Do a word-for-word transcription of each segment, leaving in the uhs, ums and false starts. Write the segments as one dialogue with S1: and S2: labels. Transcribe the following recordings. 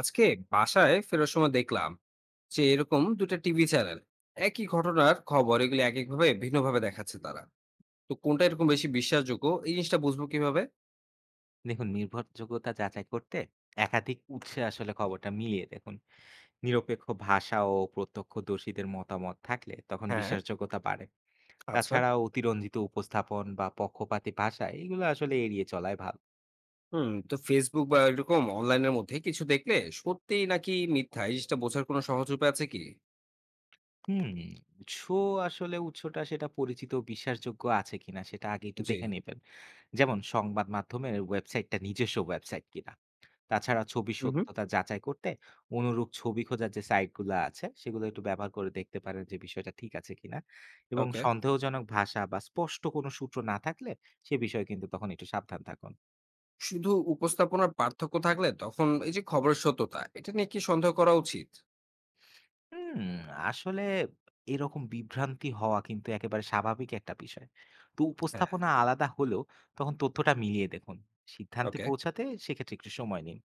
S1: আজকে বাসায় ফেরার সময় দেখলাম যে এরকম দুটো টিভি চ্যানেল একই ঘটনার খবর এগুলো এক এক ভাবে ভিন্ন ভাবে দেখাচ্ছে তারা। তো কোনটা এরকম বেশি বিশ্বাসযোগ্য এই জিনিসটা বুঝবো কিভাবে?
S2: দেখুন, নির্ভরযোগ্যতা যাচাই করতে একাধিক উৎসে আসলে খবরটা মিলিয়ে দেখুন। নিরপেক্ষ ভাষা ও প্রত্যক্ষদর্শীদের মতামত থাকলে তখন
S1: হ্যাঁ,
S2: বিশ্বাসযোগ্যতা বাড়ে।
S1: আচ্ছা।
S2: তাছাড়া অতিরঞ্জিত উপস্থাপন বা পক্ষপাতী ভাষা এগুলো আসলে এড়িয়ে চলাই ভালো।
S1: হুম তো ফেসবুক বা এরকম অনলাইনের মধ্যে কিছু দেখলে সত্যি নাকি মিথ্যা এই জিনিসটা বোঝার কোনো সহজ উপায় আছে কি?
S2: হুম উৎস, আসলে উৎসটা সেটা পরিচিত ও বিশ্বাসযোগ্য আছে কিনা সেটা আগে একটু
S1: জি।
S2: দেখে নেবেন। যেমন সংবাদ মাধ্যমের ওয়েবসাইটটা নিজস্ব ওয়েবসাইট কিনা। তাছাড়া ছবির
S1: হুম।
S2: সত্যতা যাচাই করতে অনুরূপ ছবি খোঁজার যে সাইটগুলো আছে সেগুলো একটু ব্যবহার করে দেখতে পারেন যে বিষয়টা ঠিক আছে কিনা। এবং
S1: ওকে।
S2: সন্দেহজনক ভাষা বা স্পষ্ট কোনো সূত্র না থাকলে সে বিষয়ে কিন্তু তখন একটু সাবধান থাকুন।
S1: শুধু উপস্থাপনার পার্থক্য থাকলে তখন এই যে খবরের সত্যতা, এটা নিয়ে কি সন্দেহ করা উচিত?
S2: হুম আসলে এরকম বিভ্রান্তি হওয়া কিন্তু একেবারে স্বাভাবিক একটা বিষয়। তো
S1: হ্যাঁ,
S2: উপস্থাপনা আলাদা হলেও তখন তথ্যটা মিলিয়ে দেখুন। সিদ্ধান্তে
S1: ওকে।
S2: পৌঁছাতে সেক্ষেত্রে একটু সময় নিন।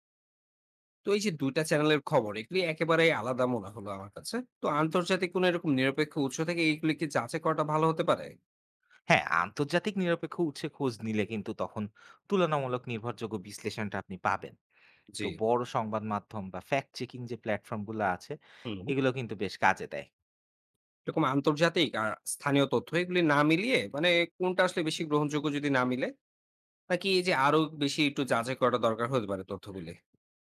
S1: তো এই যে দুই টা চ্যানেলের খবর এগুলি একেবারেই আলাদা মনে হলো আমার কাছে। তো আন্তর্জাতিক কোন এরকম নিরপেক্ষ উৎস থেকে এগুলি কি যাচাই করাটা ভালো হতে পারে?
S2: হ্যাঁ, আন্তর্জাতিক নিরপেক্ষ উৎসে খোঁজ নিলে কিন্তু তখন তুলনামূলক নির্ভরযোগ্য বিশ্লেষণটা আপনি পাবেন। তো
S1: জি।
S2: বড় সংবাদ মাধ্যম বা ফ্যাক্ট চেকিং যে প্ল্যাটফর্ম গুলো আছে
S1: হুম।
S2: এগুলো কিন্তু বেশ কাজে দেয়।
S1: এরকম আন্তর্জাতিক আর স্থানীয় তথ্য এগুলি না মিলিয়ে মানে কোনটা আসলে বেশি গ্রহণযোগ্য যদি না মিলে, নাকি এই যে আরো বেশি একটু যাচাই করাটা দরকার হতে পারে তথ্যগুলি?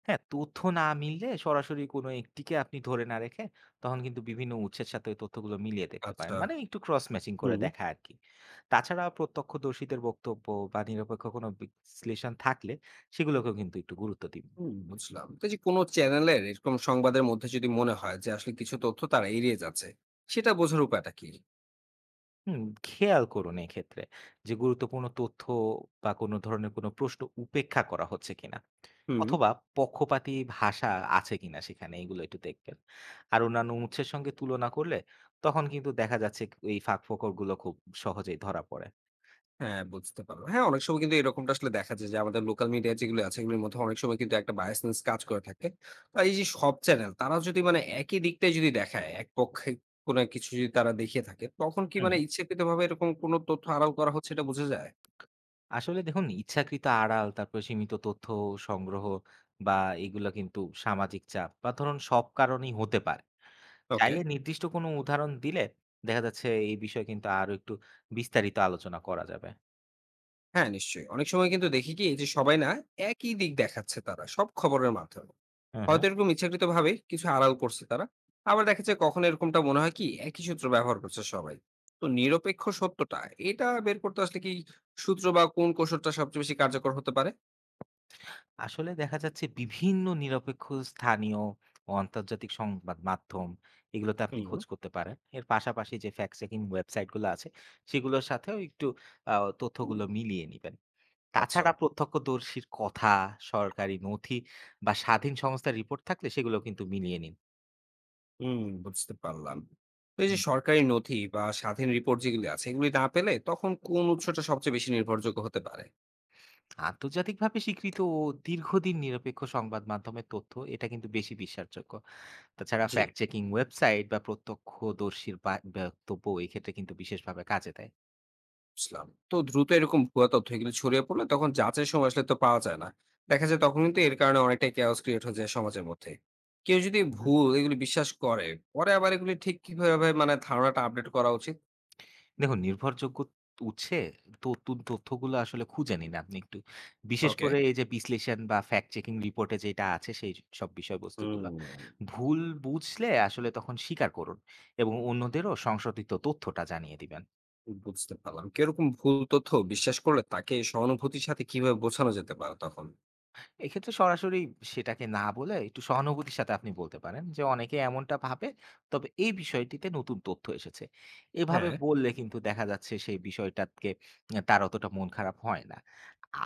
S2: হ্যাঁ, তথ্য না মিললে সরাসরি কোনো একটিকে আপনি ধরে না রেখে তখন কিন্তু বিভিন্ন উৎসের সাথে ওই তথ্যগুলো মিলিয়ে দেখতে পারেন।
S1: আচ্ছা।
S2: মানে একটু ক্রস ম্যাচিং করে
S1: হুম।
S2: দেখা আরকি। তাছাড়া প্রত্যক্ষদর্শীদের বক্তব্য বা নিরপেক্ষ কোনো বিশ্লেষণ থাকলে সেগুলোকেও কিন্তু একটু গুরুত্ব দিন।
S1: হুম, বুঝলাম। তো এই যে কোন চ্যানেলের এরকম সংবাদের মধ্যে যদি মনে হয় যে আসলে কিছু তথ্য তারা এড়িয়ে যাচ্ছে, সেটা বোঝার উপায়টা কি?
S2: হুম, খেয়াল করুন এক্ষেত্রে যে গুরুত্বপূর্ণ তথ্য বা কোনো ধরনের কোনো প্রশ্ন উপেক্ষা করা হচ্ছে কিনা,
S1: হুম।
S2: অথবা পক্ষপাতী ভাষা আছে কিনা সেখানে এগুলো একটু দেখবেন। আর অন্যান্য উৎসের সঙ্গে তুলনা করলে তখন কিন্তু দেখা যাচ্ছে এই ফাঁক ফোকরগুলো খুব সহজেই ধরা পড়ে।
S1: হ্যাঁ, বুঝতে পারলাম। হ্যাঁ, অনেক সময় কিন্তু এরকমটা আসলে দেখা যায় যে, আমাদের লোকাল মিডিয়া যেগুলো আছে, এগুলোর মধ্যে অনেক সময় কিন্তু একটা biasness কাজ করে থাকে। আর এই যে সব চ্যানেল, তারা যদি মানে একই দিকটাই যদি দেখায়, এক পক্ষে কোনো এক কিছু যদি তারা দেখিয়ে থাকে, তখন কি
S2: হুম
S1: মানে ইচ্ছাকৃতভাবে এরকম কোনো তথ্য আড়াল করা হচ্ছে এটা বোঝা যায়?
S2: আসলে দেখুন, ইচ্ছাকৃত আড়াল, তারপর সীমিত তথ্য সংগ্রহ, বা এগুলো কিন্তু সামাজিক চাপ বা ধরুন সব কারণেই হতে পারে।
S1: ওকে।
S2: চাইলে নির্দিষ্ট কোনো উদাহরণ দিলে দেখা যাচ্ছে এই বিষয়ে কিন্তু আরো একটু বিস্তারিত আলোচনা করা যাবে।
S1: হ্যাঁ, নিশ্চয়ই। অনেক সময় কিন্তু দেখি কি, এই যে সবাই না একই দিক দেখাচ্ছে তারা, সব খবরের মাধ্যমে।
S2: হুম, হুম।
S1: হয়তো এরকম ইচ্ছাকৃতভাবে কিছু আড়াল করছে তারা। আবার দেখা যায় কখনো এরকমটা মনে হয় কি একই সূত্র ব্যবহার করছে সবাই। তো নিরপেক্ষ সত্যটা, এটা বের করতে আসলে কি সূত্র বা কোন কৌশলটা সবচেয়ে বেশি কার্যকর হতে পারে?
S2: আসলে দেখা যাচ্ছে বিভিন্ন নিরপেক্ষ স্থানীয় ও আন্তর্জাতিক সংবাদ মাধ্যম এগুলোতে আপনি
S1: হুম।
S2: খোঁজ করতে পারেন। এর পাশাপাশি যে ফ্যাক্ট চেকিং ওয়েবসাইট গুলো আছে সেগুলোর সাথেও একটু আ তথ্যগুলো মিলিয়ে নিবেন।
S1: আচ্ছা।
S2: তাছাড়া প্রত্যক্ষদর্শীর কথা, সরকারি নথি বা স্বাধীন সংস্থার রিপোর্ট থাকলে সেগুলো কিন্তু মিলিয়ে নিন।
S1: হুম, বুঝতে পারলাম। তো এই যে সরকারি নথি বা স্বাধীন রিপোর্ট যেগুলি আছে এগুলি না পেলে তখন কোন উৎসটা সবচেয়ে বেশি নির্ভরযোগ্য হতে পারে?
S2: আন্তর্জাতিকভাবে স্বীকৃত ও দীর্ঘদিন নিরপেক্ষ সংবাদ মাধ্যমের তথ্য এটা কিন্তু বেশি বিশ্বাসযোগ্য। তাছাড়া
S1: জি।
S2: ফ্যাক্ট চেকিং ওয়েবসাইট বা প্রত্যক্ষদর্শীর বা- বক্তব্য এই ক্ষেত্রে কিন্তু বিশেষভাবে কাজে দেয়।
S1: বুঝলাম। তো দ্রুত এরকম ভুয়া তথ্য এগুলো ছড়িয়ে পড়লে তখন যাচাই সময় আসলে তো পাওয়া যায় না। দেখা যায় তখন কিন্তু এর কারণে অনেকটাই chaos create হয়ে যায় সমাজের মধ্যে। কেউ যদি
S2: হুম,
S1: ভুল এগুলো বিশ্বাস করে, পরে আবার এগুলি ঠিক কিভাবে মানে ধারণাটা আপডেট করা উচিত?
S2: দেখুন নির্ভরযোগ্য উৎসে নতুন তথ্যগুলো আসলে খুঁজে নিন আপনি একটু। বিশেষ
S1: ওকে।
S2: করে এই যে বিশ্লেষণ বা ফ্যাক্ট চেকিং রিপোর্টে যেটা আছে সেই সব বিষয়বস্তুগুলো
S1: হুম,
S2: ভুল বুঝলে আসলে তখন স্বীকার করুন এবং অন্যদেরও সংশোধিত তথ্যটা জানিয়ে দিবেন।
S1: বুঝতে পারলাম। কেউ এরকম ভুল তথ্য বিশ্বাস করলে তাকে সহানুভূতির সাথে কিভাবে বোঝানো যেতে পারে তখন?
S2: এক্ষেত্রে সরাসরি সেটাকে না বলে একটু সহানুভূতির সাথে আপনি বলতে পারেন যে অনেকে এমনটা ভাবে, তবে এই বিষয়টিতে নতুন তথ্য এসেছে। এভাবে
S1: হ্যাঁ,
S2: বললে কিন্তু দেখা যাচ্ছে সেই বিষয়টাকে আহ, তার অতটা মন খারাপ হয় না।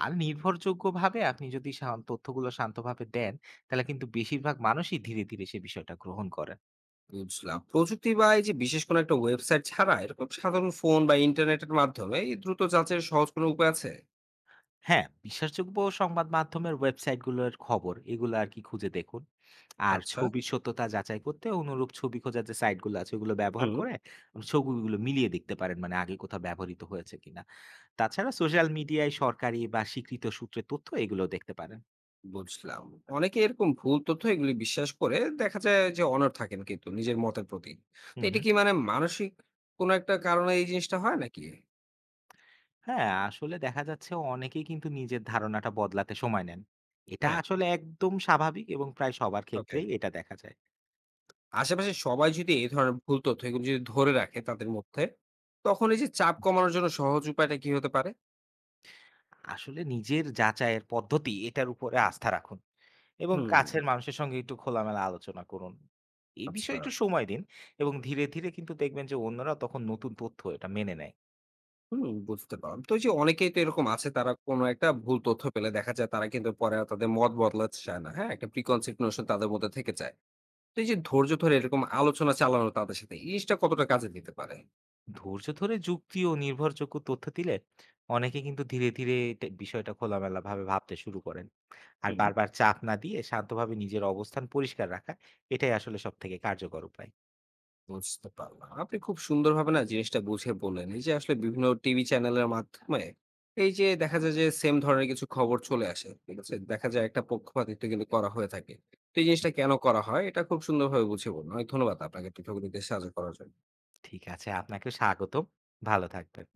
S2: আর নির্ভরযোগ্যভাবে আপনি যদি শান- তথ্যগুলো শান্তভাবে দেন তাহলে কিন্তু বেশিরভাগ মানুষই ধীরে ধীরে সে বিষয়টা গ্রহণ করে।
S1: বুঝলাম। প্রযুক্তি বা এই যে বিশেষ কোনো একটা ওয়েবসাইট ছাড়া এরকম সাধারণ ফোন বা ইন্টারনেটের মাধ্যমে এই দ্রুত যাচাইয়ের সহজ কোনো উপায় আছে?
S2: হ্যাঁ, বিশ্বাসযোগ্য সংবাদ মাধ্যমের ওয়েবসাইটগুলোর খবর এগুলো আর কি খুঁজে দেখুন। আর
S1: আচ্ছা।
S2: ছবির সত্যতা যাচাই করতে অনুরূপ ছবি খোঁজার যে সাইটগুলো আছে ওগুলো ব্যবহার
S1: হুম।
S2: করে ছবিগুলো মিলিয়ে দেখতে পারেন, মানে আগে কোথাও ব্যবহৃত হয়েছে কিনা। তাছাড়া সোশ্যাল মিডিয়ায় সরকারি বা স্বীকৃত সূত্রে তথ্য এগুলো দেখতে পারেন।
S1: বুঝলাম। অনেকে এরকম ভুল তথ্য এগুলি বিশ্বাস করে দেখা যায় যে অনড় থাকেন কিন্তু নিজের মতের প্রতি। তো
S2: হুম,
S1: এটা
S2: হুম।
S1: কি মানে মানসিক কোনো একটা কারণে এই জিনিসটা হয় নাকি?
S2: হ্যাঁ, আসলে দেখা যাচ্ছে অনেকেই কিন্তু নিজের ধারণাটা বদলাতে সময় নেন। এটা
S1: হ্যাঁ,
S2: আসলে একদম স্বাভাবিক এবং প্রায় সবার
S1: ওকে।
S2: ক্ষেত্রেই এটা দেখা যায়।
S1: আশেপাশে সবাই যদি এই ধরনের ভুল তথ্য এগুলো যদি ধরে রাখে তাদের মধ্যে, তখন এই যে চাপ কমানোর জন্য সহজ উপায়টা কি হতে পারে?
S2: আসলে নিজের যাচাইয়ের পদ্ধতি এটার উপরে আস্থা রাখুন এবং
S1: হুম,
S2: কাছের মানুষের সঙ্গে একটু খোলামেলা আলোচনা করুন। এই
S1: আচ্ছা।
S2: বিষয়ে একটু সময় দিন, এবং ধীরে, ধীরে কিন্তু দেখবেন যে অন্যরা তখন নতুন তথ্য এটা মেনে নেয়।
S1: হুম, বুঝতে পারলাম। তো এই যে অনেকেই তো এরকম আছে তারা কোনো একটা ভুল তথ্য পেলে দেখা যায় তারা কিন্তু পরে আর তাদের মত বদলাতে চায় না। হ্যাঁ? একটা preconceived notion তাদের মধ্যে থেকে যায়। তো এই যে
S2: একদম।
S1: ধৈর্য ধরে এরকম আলোচনা চালানো তাদের সাথে এই জিনিসটা কতটা কাজে দিতে পারে?
S2: ধৈর্য ধরে যুক্তি ও নির্ভরযোগ্য তথ্য দিলে অনেকে কিন্তু ধীরে, ধীরে এটা বিষয়টা খোলামেলাভাবে ভাবতে শুরু করেন। আর
S1: হুম,
S2: বারবার চাপ না দিয়ে শান্তভাবে নিজের অবস্থান পরিষ্কার রাখা এটাই আসলে সবথেকে কার্যকর উপায়।
S1: বুঝতে পারলাম। আপনি খুব সুন্দরভাবে না জিনিসটা বুঝে বললেন, এই যে আসলে বিভিন্ন টিভি চ্যানেলের মাধ্যমে এই যে দেখা যায় যে সেম ধরনের কিছু খবর চলে আসে, ঠিক আছে, দেখা যায় একটা পক্ষপাতিত্ব কিন্তু করা হয়ে থাকে। তো এই জিনিসটা কেন করা হয় এটা খুব সুন্দরভাবে বুঝে বলুন। অনেক ধন্যবাদ আপনাকে পৃথক দিতে সাহায্য করার জন্য।
S2: ঠিক আছে, আপনাকেও স্বাগতম। ভালো থাকবেন।